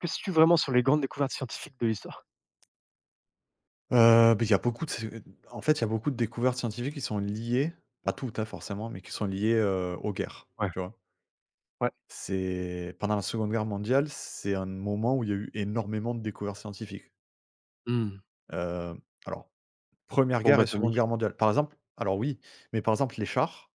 Que sais tu vraiment sur les grandes découvertes scientifiques de l'histoire? Beh, il y a beaucoup de en fait, il y a beaucoup de découvertes scientifiques qui sont liées, pas toutes, hein, forcément, mais qui sont liées, aux guerres, Ouais, tu vois? ouais. C'est pendant la Seconde Guerre mondiale, c'est un moment où il y a eu énormément de découvertes scientifiques. Mmh. Hem, alors, Première guerre Bombe et Seconde atomique. Guerre mondiale. Par exemple, alors oui, mais par exemple les chars,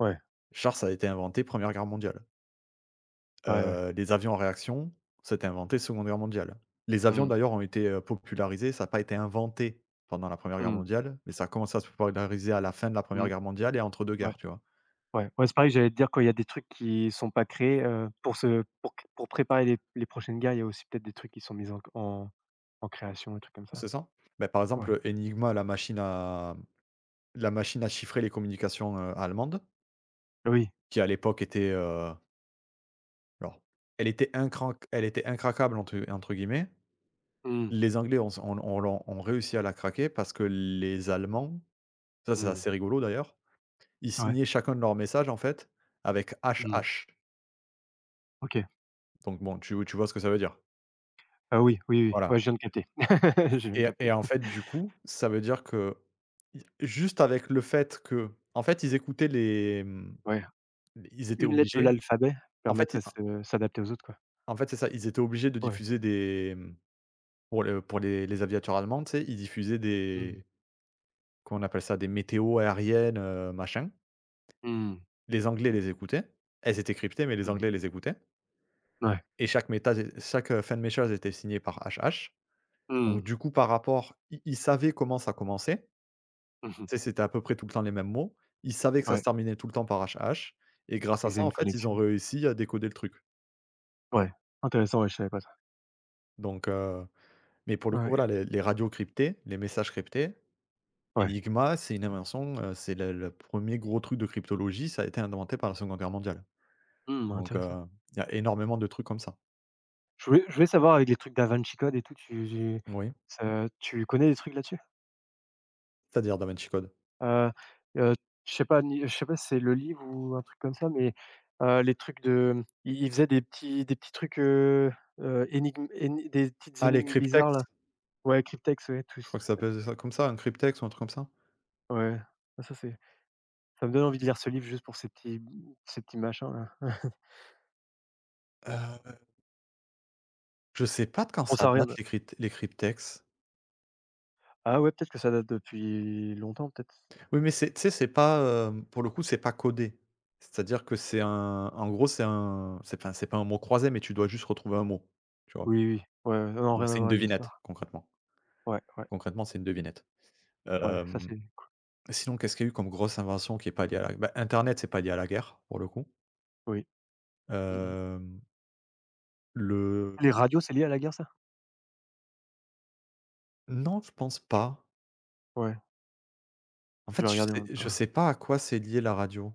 Ouais, chars ça a été inventé Première Guerre mondiale. ouais, ouais. Les avions à réaction, c'était inventé Seconde Guerre mondiale. Les avions Mmh. d'ailleurs ont été, popularisés, ça n'a pas été inventé pendant la Première Guerre Mmh. mondiale, mais ça a commencé à se populariser à la fin de la Première Mmh. Guerre mondiale et entre 2 Ouais. guerres, tu vois? Ouais, ouais, c'est pareil, j'allais te dire quand il y a des trucs qui sont pas créés, pour se pour c pour préparer les prochaines guerres. Il y a aussi peut-être des trucs qui sont mis en en création, des trucs comme ça. C'est ça. Beh, par Ouais. exemple, Enigma, la machine à chiffrer les communications, allemandes, Oui. qui à l'époque était, alors elle était «incraquable» entre guillemets. Mmh. Les Anglais ont s on l'ont ont réussi à la craquer parce que les Allemands, ça c'est Mmh. assez rigolo d'ailleurs. Ils Ouais. signaient chacun de leurs messages, en fait, avec Mmh. HH. OK. Donc bon, tu vois ce que ça veut dire? Ah oui, oui, oui. Voilà, Ouais, je viens de capter. Je viens de et capter. en fait, du coup, ça veut dire que, i juste avec le fait que en fait, ils écoutaient les, Ouais. ils étaient Une lettre de obligés, l'alphabet en fait, i permettrait de se s'adapter aux autres, quoi. en fait, c'est ça, ils étaient obligés de Ouais. diffuser des, pour les aviateurs allemands, tu sais, ils diffusaient Mmh. des, comment on appelle ça? Des météos aériennes, machin. Mmh. Les Anglais Mmh. les écoutaient. Elles étaient cryptées, mais les Mmh mh. Anglais les écoutaient, Ouais. et chaque, fin de message était signé par HH. Donc Mmh. du coup, par rapport ils ils savaient comment ça commençait. Mmh mh. Tu sais, c'était à peu près tout le temps les mêmes mots. Ils savaient que ça se Ouais, terminait tout le temps par H H. Et grâce à il faisait ça, en une fait, ils ont connexion. réussi à décoder le truc. Ouais, intéressant, ouais, je savais pas ça. Donc heu, mais pour le coup, Ouais, voilà, les radios cryptées, les messages cryptés, ouais. Enigma, c'est une invention, c'est le 1er gros truc de cryptologie, ça a été inventé par la Seconde Guerre mondiale. Mmh, Donc intéressant. heu, il y a énormément de trucs comme ça. Je voulais savoir avec les trucs Da Vinci Code et tout, tu tu Oui? ça tu connais des trucs là-dessus? C'est-à-dire Da Vinci Code? Heu heu, je sais pas ni je sais pas si c'est le livre ou un truc comme ça, mais les trucs de, il faisait des petits trucs, énigmes éni des petites Ah, les énigmes cryptex? bizarres là. Ouais, Cryptex, ouais, tous Je ces crois que ça trucs-là. s'appelle ça comme ça, un cryptex ou un truc comme ça? Ouais, ah ça c'est ça me donne envie de lire ce livre juste pour ces petits machins là. Heu, je sais pas de quand Bon, ça ça a rien. date les cryptex. Ah ouais, peut-être que ça date depuis longtemps, peut-être? Oui, mais c'est, tu sais, c'est pas, pour le coup, c'est pas codé. C'est-à-dire que c'est un en gros, c'est un c'est enfin, c'est pas un mot croisé, mais tu dois juste retrouver un mot, tu vois? Oui, oui, ouais, ouais, non, Donc rien à c'est une voir avec devinette, l'histoire. concrètement. Ouais, ouais, Concrètement, c'est une devinette. ouais, ça Hem, c'est Sinon, qu'est-ce qu'il y a eu comme grosse invention qui est pas liée à la bah, internet, c'est pas lié à la guerre, pour le coup. oui. Mmh mh. Hem, le Les radios, c'est lié à la guerre, ça? Non, je pense Je peux, pas. ouais, En je fait, vais je regarder en sais même temps. je Ah, sais pas à quoi c'est lié la radio.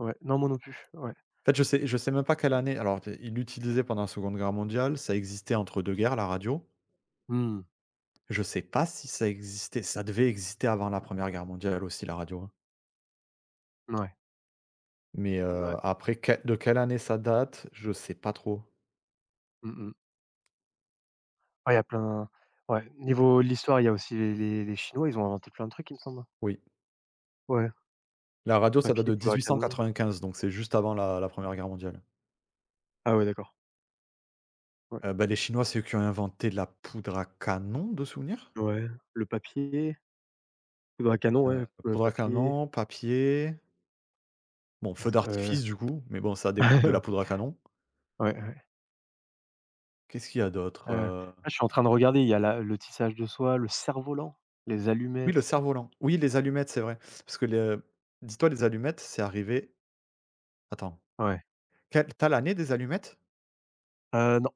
ouais, non, moi non plus, ouais. En fait, je sais même pas quelle année, alors, ils l'utilisaient pendant la Seconde Guerre mondiale, ça existait entre 2 guerres, la radio. Mmh, Je sais pas si ça existait, ça devait exister avant la Première Guerre mondiale aussi la radio, hein, ouais, mais, ouais, après que de quelle année ça date? Je sais pas trop. mmh mh. Ouais, il y a plein, ouais, niveau de l'histoire, il y a aussi les Chinois, ils ont inventé plein de trucs, il me semble. Oui, Ouais, la radio ça date papier, de poudre à canon. 1895, donc c'est juste avant la 1re Guerre mondiale. Ah ouais, d'accord, ouais. Bah, les Chinois, c'est eux qui ont inventé la poudre à canon, de souvenir? Ouais, le papier, poudre à canon, Heu, ouais, le Poudre à papier, canon, papier, bon, feu heu, d'artifice du coup, mais bon, ça découle de la poudre à canon. ouais. Qu'est-ce qu'il y a d'autre? Là, je suis en train de regarder, il y a la le tissage de soie, le cerf-volant, les Oui, le allumettes. cerf-volant, oui, les allumettes c'est vrai, parce que le dis-toi, les allumettes c'est arrivé, attends. Ouais. Quelle tu l'année des allumettes? Non,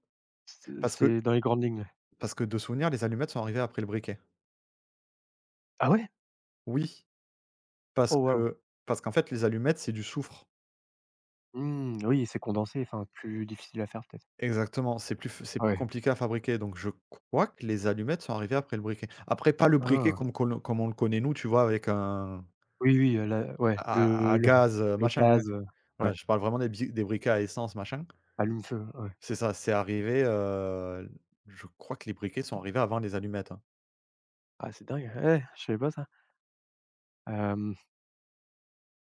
Parce que c'est dans les grandes lignes. parce que de souvenir, les allumettes sont arrivées après le briquet. Ah ouais? Oui, parce Oh waouh! que parce qu'en fait, les allumettes, c'est du soufre. Mmh, oui, c'est condensé, enfin plus difficile à faire peut-être. Exactement, c'est plus Ouais. compliqué à fabriquer, donc je crois que les allumettes sont arrivées après le briquet. Après, pas le briquet Ah. Comme on le connaît nous, tu vois? Avec un Oui, oui, la ouais, à à gaz, le machin, ouais. gaz, ouais, Voilà, je parle vraiment des briquets à essence, machin. allume-feu, ouais. C'est ça, c'est arrivé, je crois que les briquets sont arrivés avant les allumettes, hein. Ah c'est dingue, eh, je savais pas ça. Hem,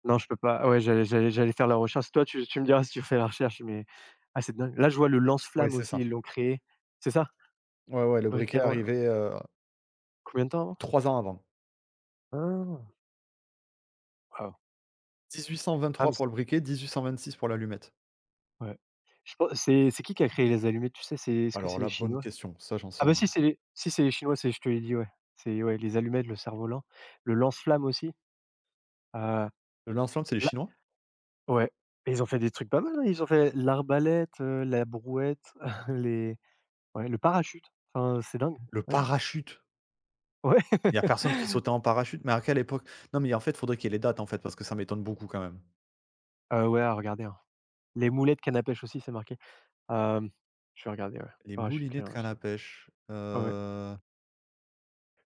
non je peux pas, ouais, j'allais faire la recherche. Toi, tu me diras si tu fais la recherche, mais ah c'est dingue. Là, je vois le Oui, lance-flamme c'est aussi, ça. ils l'ont créé. C'est ça? Ouais, ouais, le Fabriqué briquet est avant, arrivé, combien de temps avant? 3 ans avant. Ah! Waouh! Ah 1823 mais c pour le briquet, 1826 pour l'allumette. ouais. Je pen C'est qui a créé les allumettes, tu sais? C'est, est-ce que Alors c'est les là, bonne Chinois? question, ça j'en sais Ah bah rien. si, c'est les, si c'est les Chinois, c'est, je te l'ai dit, ouais. C'est, ouais, les allumettes, le cerf-volant, le lance-flamme aussi, heu, Le lance-flamme, c'est les la Chinois? ouais. Et ils ont fait des trucs pas mal, hein. Ils ont fait l'arbalète, la brouette, les ouais, le parachute. Enfin, c'est dingue. Le Ouais, parachute? ouais. Il y a personne qui sautait en parachute, mais à quelle époque? Non, mais en fait, faudrait qu'il y ait les dates, en fait, parce que ça m'étonne beaucoup quand même. Ouais, à regarder, hein. Les moulettes canne à pêche aussi, c'est marqué. Hem, je vais regarder, ouais. Les Parachute, moulinets canne de à canne pêche. à pêche, Ouais, ouais. heu,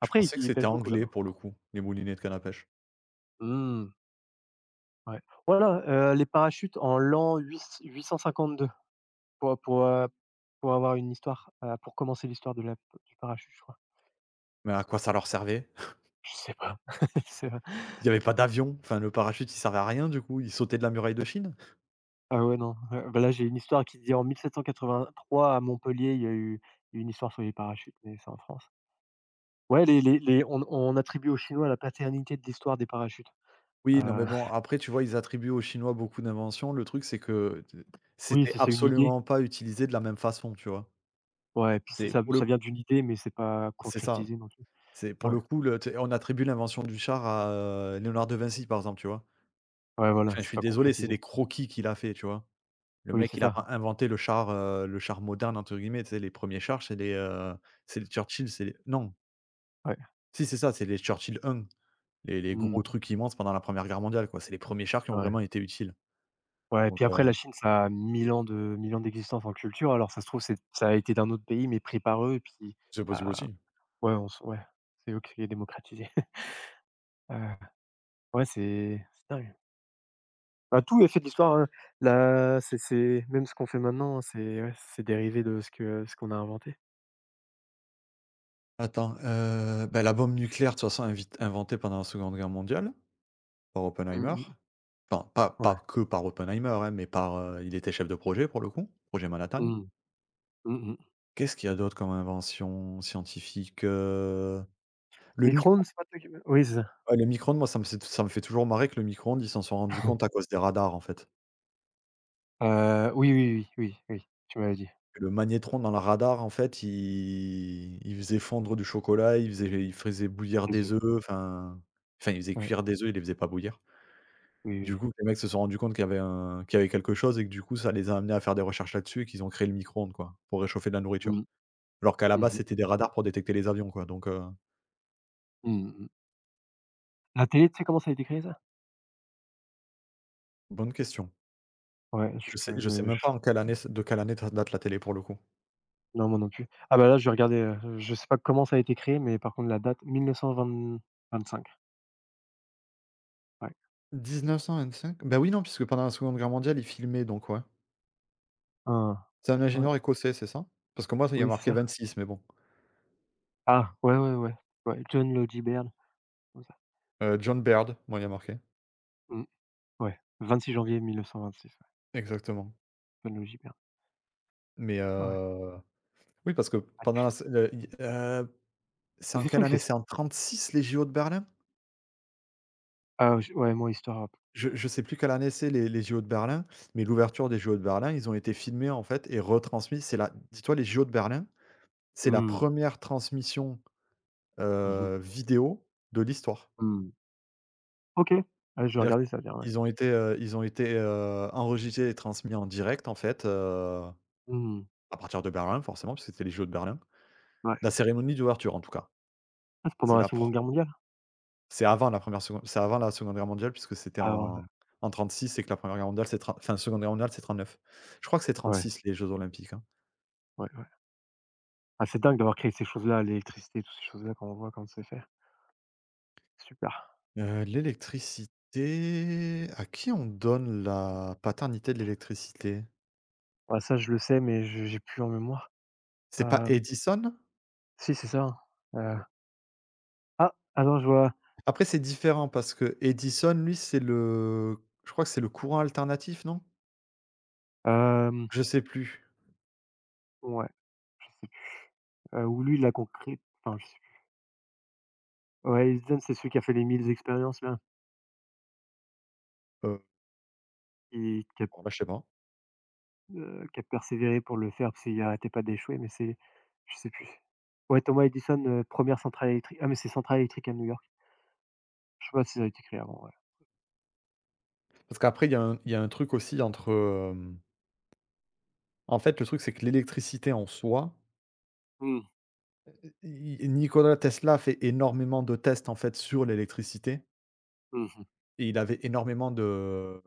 je Après, ils pensais que ils c'était pêchent beaucoup anglais là-bas. pour le coup, les moulinets de canne à pêche. Mmh. Ouais. Voilà, les parachutes en l'an huit-cent-cinquante-deux, pour pour, heu, pour avoir une histoire, pour commencer l'histoire de la du parachute, je crois. Mais à quoi ça leur servait? Je sais pas. C'est, Il y avait pas d'avion, enfin le parachute, il servait à rien du coup, il sautait de la muraille de Chine? ah ouais, non, bah, là, j'ai une histoire qui dit en 1783 à Montpellier, il y a eu une histoire sur les parachutes, mais c'est en France. Ouais, les on attribue aux Chinois la paternité de l'histoire des parachutes. Oui, non Heu, mais bon, après, tu vois, ils attribuent aux Chinois beaucoup d'inventions. Le truc, c'est que t oui, c'était c'est une idée. absolument pas utilisé de la même façon, tu vois? Ouais, et puis c'est C'est ça, pour le ça vient d'une idée, mais c'est pas c'est ça, concrétisé non plus. c'est pour Ouais, le coup, le tu on attribue l'invention du char à, Léonard de Vinci, par exemple, tu vois? ouais, voilà, Enfin, je c'est suis pas désolé, c'est concrétisé. des croquis qu'il a fait, tu vois? Le Oui, mec, c'est il a pas ça. inventé le char «moderne» entre guillemets, tu sais, les premiers chars, c'est les Churchill, c'est les non, Ouais. si c'est ça, c'est les Churchill un, les Mmh, gros trucs immenses pendant la première guerre mondiale, quoi. C'est les premiers chars qui ont ouais. vraiment été utiles, Ouais, et donc puis heu après la Chine, ça a 1000 ans de 1 000 ans d'existence en culture, alors ça se trouve, c'est ça a été d'un autre pays, mais pris par eux et puis, C'est possible bah, aussi. ouais, on s ouais, c'est eux qui les démocratisé. Heu, ouais, c'est dingue. Bah, tout est fait de l'histoire, hein. La C'est même ce qu'on fait maintenant, hein, c'est ouais, c'est dérivé de ce que ce qu'on a inventé. Attends, bah, la bombe nucléaire, de toute façon, invite inventée pendant la Seconde Guerre mondiale, par Mmh Oppenheimer. mh. Enfin, pas Ouais. que par Oppenheimer, hein, mais par, il était chef de projet pour le coup, projet Manhattan. Mmh. Mmh mh. Qu'est-ce qu'il y a d'autre comme invention scientifique? Le mic Micro-ondes, c'est pas toi qui me, oui, c'est ça. Ouais, les micro-ondes, moi, ça me fait toujours marrer que le micro-ondes, ils s'en sont rendus compte à cause des radars, en fait. Oui, oui, oui, oui, oui, tu m'avais dit. Le magnétron dans le radar, en fait, il faisait fondre du chocolat, il faisait bouillir Les des œufs. œufs, enfin, il faisait Ouais. cuire des œufs, il les faisait pas bouillir. Oui, Du oui. coup, les mecs se sont rendus compte qu'il y avait quelque chose et que, du coup, ça les a amenés à faire des recherches là-dessus et qu'ils ont créé le micro-ondes, quoi, pour réchauffer de la nourriture. Mmh. Alors qu'à la Mmh base, mh. c'était des radars pour détecter les avions, quoi. Mmh. La télé, tu sais comment ça a été créé, ça? Bonne question. Ouais, je suis Je sais curieux, je sais mais même pas en quelle année de quelle année date la télé, pour le coup. non, moi non plus. Ah bah, là, je vais regarder, je sais pas comment ça a été créé, mais par contre la date 1920-25. Ouais. 1925? Bah, oui, non, puisque pendant la Seconde Guerre mondiale, il filmait, donc ouais. Hein. C'est un Ouais, ingénieur écossais, c'est ça? Parce que moi, il y a oui, c'est marqué ça. 26, mais bon. Ah, ouais, ouais, ouais, ouais, John Logie Baird, comme ça. John Baird, moi, il y a marqué. Mmh, ouais, 26 janvier 1926, ouais, Exactement. John Logie Baird. Mais, Ouais, ouais. Oui, parce que pendant Ah, la se le il c'est tous en ces quelle trucs, c'est, année? C'est en 36 les JO de Berlin? ah j ouais, moi, histoire rap. Je ne sais plus quelle année c'est les JO de Berlin, mais l'ouverture des JO de Berlin, ils ont été filmés, en fait, et retransmis. C'est la Dis-toi, les JO de Berlin, c'est la Mmh. première transmission, Mmh mh. Vidéo de l'histoire. Mmh. OK. Ah, je vais C'est-à-dire regarder ça bien, ouais. qu'ils ont été, enregistrés et transmis en direct, en fait, Mmh. à partir de Berlin forcément, puisque c'était les Jeux de Berlin. Ouais. La cérémonie d'ouverture en tout cas. Ah, c'est C'est pendant la la pre seconde Guerre mondiale? c'est avant la première, re C'est avant la seconde de Guerre mondiale puisque c'était Ah ouais, en 36 et que la première re Guerre mondiale c'est trente, enfin seconde de Guerre mondiale c'est 39. Je crois que c'est trente ouais, six les Jeux olympiques, hein. ouais, ouais. Ah, c'est dingue d'avoir créé ces choses-là, l'électricité, toutes ces choses-là, quand on voit comment c'est fait. Super. L'électricité, à qui on donne la paternité de l'électricité? Ouais, ça, je le sais, mais je j'ai plus en mémoire. C'est pas Hem, Edison? si, c'est ça, hein, heu, ah! Ah je vois, Après, c'est différent parce que Edison, lui, c'est le je crois que c'est le courant alternatif, non? hem, Je sais plus, ouais, où lui, il l'a concré enfin, je sais plus. Ouais, Einstein, c'est celui qui a fait les 1000 expériences là, heu, qui a, alors là, je sais pas. Qui a persévéré pour le faire parce qu'il arrêtait pas d'échouer, mais c'est, je sais plus. Ouais, Thomas Edison, 1 centrale électrique. Ah, mais c'est centrale électrique à New York. Je sais pas si ça a été créé avant, ouais. Parce qu'après, il y a un truc aussi entre, en fait, le truc, c'est que l'électricité en soi, Mmh, i i Nikola Tesla a fait énormément de tests, en fait, sur l'électricité mmh et il avait énormément de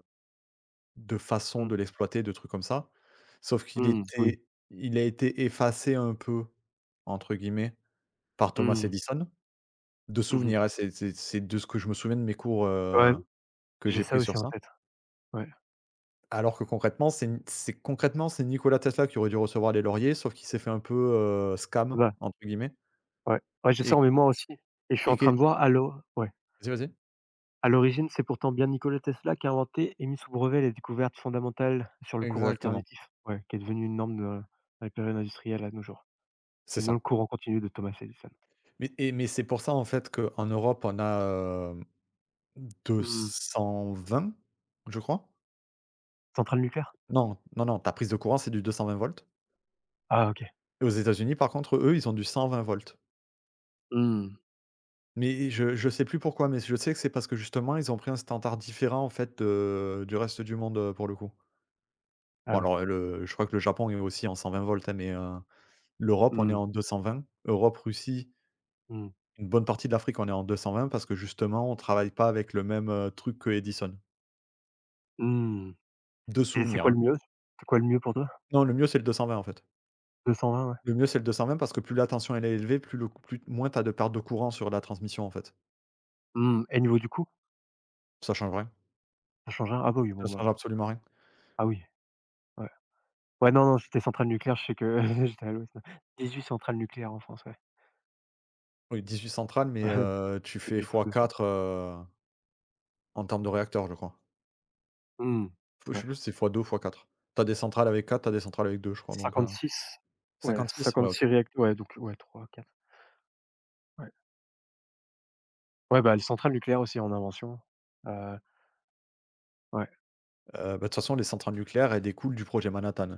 mh, façons mmh, de l'exploiter, de trucs comme ça. Sauf qu'il mmh, oui. était il a été «effacé» un peu, entre guillemets, par Thomas Mmh, Edison. De mmh. souvenirs, ouais, c'est de ce que je me souviens de mes cours, Ouais, heu, que j'ai j'ai ça pris aussi sur en ça. tête. Ouais. Alors que concrètement, c'est concrètement, c'est Nikola Tesla qui aurait dû recevoir les lauriers, sauf qu'il s'est fait un peu, «scam» Bah, entre guillemets ouais, ouais, j'ai ça et en mémoire aussi et je suis et en qui train est de voir à l'o ouais. vas-y, vas-y. À l'origine, c'est pourtant bien Nikola Tesla qui a inventé et mis sous brevet les découvertes fondamentales sur le courant Exactement, alternatif, ouais, qui est devenu une norme de dans la période industrielle à nos jours, c'est et non ça. le courant continu de Thomas Edison. Mais c'est pour ça, en fait, qu'en Europe, on a, deux Mmh. cent vingt je crois? Centrale nucléaire? Non, non, non, ta prise de courant, c'est du 220 volts, Ah OK. et aux États-Unis, par contre, eux, ils ont du 120 volts. Mmh. Mais je sais plus pourquoi, mais je sais que c'est parce que justement, ils ont pris un standard différent, en fait, de du reste du monde, pour le coup. Ah Bon ouais. alors, le je crois que le Japon est aussi en 120 volts, hein, mais, l'Europe, on est Mmh. en 220. Europe, Russie, Mmh. une bonne partie de l'Afrique, on est en 220 parce que justement, on travaille pas avec le même, truc que Edison, Mmh. de Et c'est souvenirs. quoi Hein. le mieux? C'est quoi le mieux pour toi? Non, le mieux, c'est le 220 en fait. 220, ouais. Le mieux, c'est le 220 parce que plus la tension elle est élevée, plus le cou plus moins tu as de perte de courant sur la transmission, en fait. Mmh, et niveau du coût? Ça change rien, Ça change rien? Ah bah oui, ça bon change bah, absolument rien. ah oui, ouais. Ouais, non, non, c'était centrale nucléaire, je sais que j'étais à l'ouest. 18 centrales nucléaires en France, ouais. Oui, 18 centrales, mais, tu fais Du tout fois 200. 4. En termes de réacteurs, je crois. Mmh. Je Ouais, sais plus si c'est x2 ou x4. Tu des centrales avec 4, t'as des centrales avec 2, je crois, donc 56, ouais, 56. Ouais, OK. 56 réacteurs, ouais, donc ouais, trois quatre ouais. Ouais, bah, les centrales nucléaires aussi en invention. Heu, ouais, Bah, de toute façon, les centrales nucléaires, elles découlent du projet Manhattan.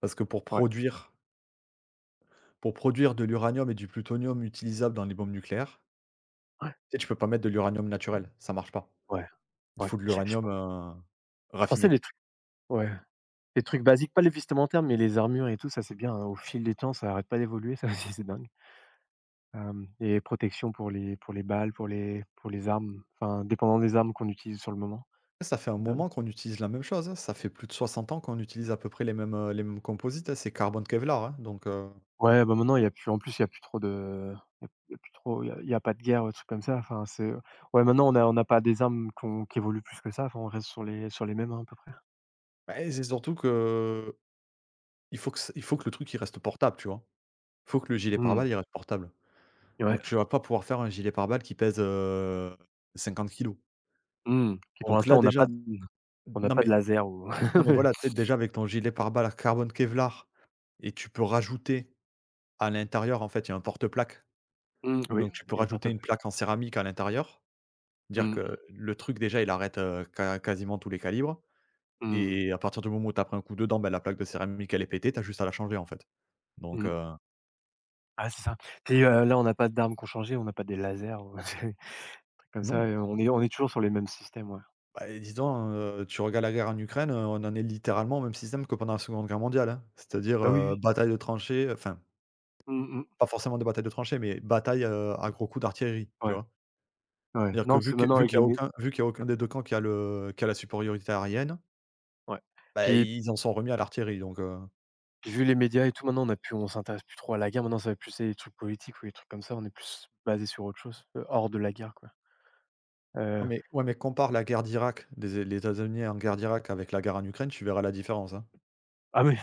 Parce que pour ouais, produire pour produire de l'uranium et du plutonium utilisables dans les bombes nucléaires, ouais, tu sais, tu peux pas mettre de l'uranium naturel, ça marche pas. ouais, Il ouais. faut de l'uranium, Je pensais raffiné. des trucs, ouais, des trucs basiques, pas les vestimentaires, mais les armures et tout, ça c'est bien, hein, au fil des temps, ça arrête pas d'évoluer, ça aussi c'est dingue. Hem, les protections pour les balles, pour les armes, enfin, dépendant des armes qu'on utilise sur le moment. Ça fait un Dingue. moment qu'on utilise la même chose, hein, ça fait plus de 60 ans qu'on utilise à peu près les mêmes composites, hein, c'est carbone Kevlar, hein, Ouais, bah, maintenant il y a plus trop de il y a plus trop il y a pas de guerre, des trucs comme ça, enfin c'est, ouais, maintenant on a, on n'a pas des armes qu'on qui évoluent plus que ça, enfin on reste sur les mêmes, hein, à peu près. bah, c'est surtout que il faut que le truc, il reste portable, tu vois? Faut que le gilet Mmh. pare-balles, il reste portable. Ouais. Donc tu vas pas pouvoir faire un gilet pare-balles qui pèse, 50 kilos. Mmh. Puis pour Donc là l'instant déjà, on n'a non pas de mais laser ou non mais voilà, tu sais déjà, avec ton gilet pare-balles carbone Kevlar, et tu peux rajouter à l'intérieur, en fait, il y a un porte plaque. mmh, oui, Donc tu peux il y a un rajouter portable. une plaque en céramique à l'intérieur. Dire Mmh que mh. le truc déjà il arrête, quasiment tous les calibres, Mmh. et à partir du moment où tu as pris un coup dedans, ben la plaque de céramique elle est pétée, tu as juste à la changer, en fait. Donc, Mmh. Ah c'est ça. Puis, là on n'a pas d'armes qui ont changé, on n'a pas des lasers ou des trucs comme ça non. et on est, on est toujours sur les mêmes systèmes, ouais. Bah, et dis donc, tu regardes la guerre en Ukraine, on en est littéralement au même système que pendant la Seconde Guerre mondiale, hein. C'est-à-dire, Bah, oui, oui. bataille de tranchées, enfin, Mmh mh. pas forcément de bataille de tranchées, mais bataille, à gros coups d'artillerie, tu Ouais, vois? ouais. C'est-à-dire Non, que parce que maintenant vu avec qu'il y a les mé aucun vu qu'il y a aucun des 2 camps qui a la supériorité aérienne, ouais. bah, Puis ils en sont remis à l'artillerie, donc. Vu les médias et tout, maintenant on s'intéresse plus trop à la guerre, maintenant ça va plus être des trucs politiques ou des trucs comme ça, on est plus basé sur autre chose, hors de la guerre quoi. ouais Heu, mais ouais mais compare la guerre d'Irak des les États-Unis en guerre d'Irak avec la guerre en Ukraine, tu verras la différence, hein. ah oui.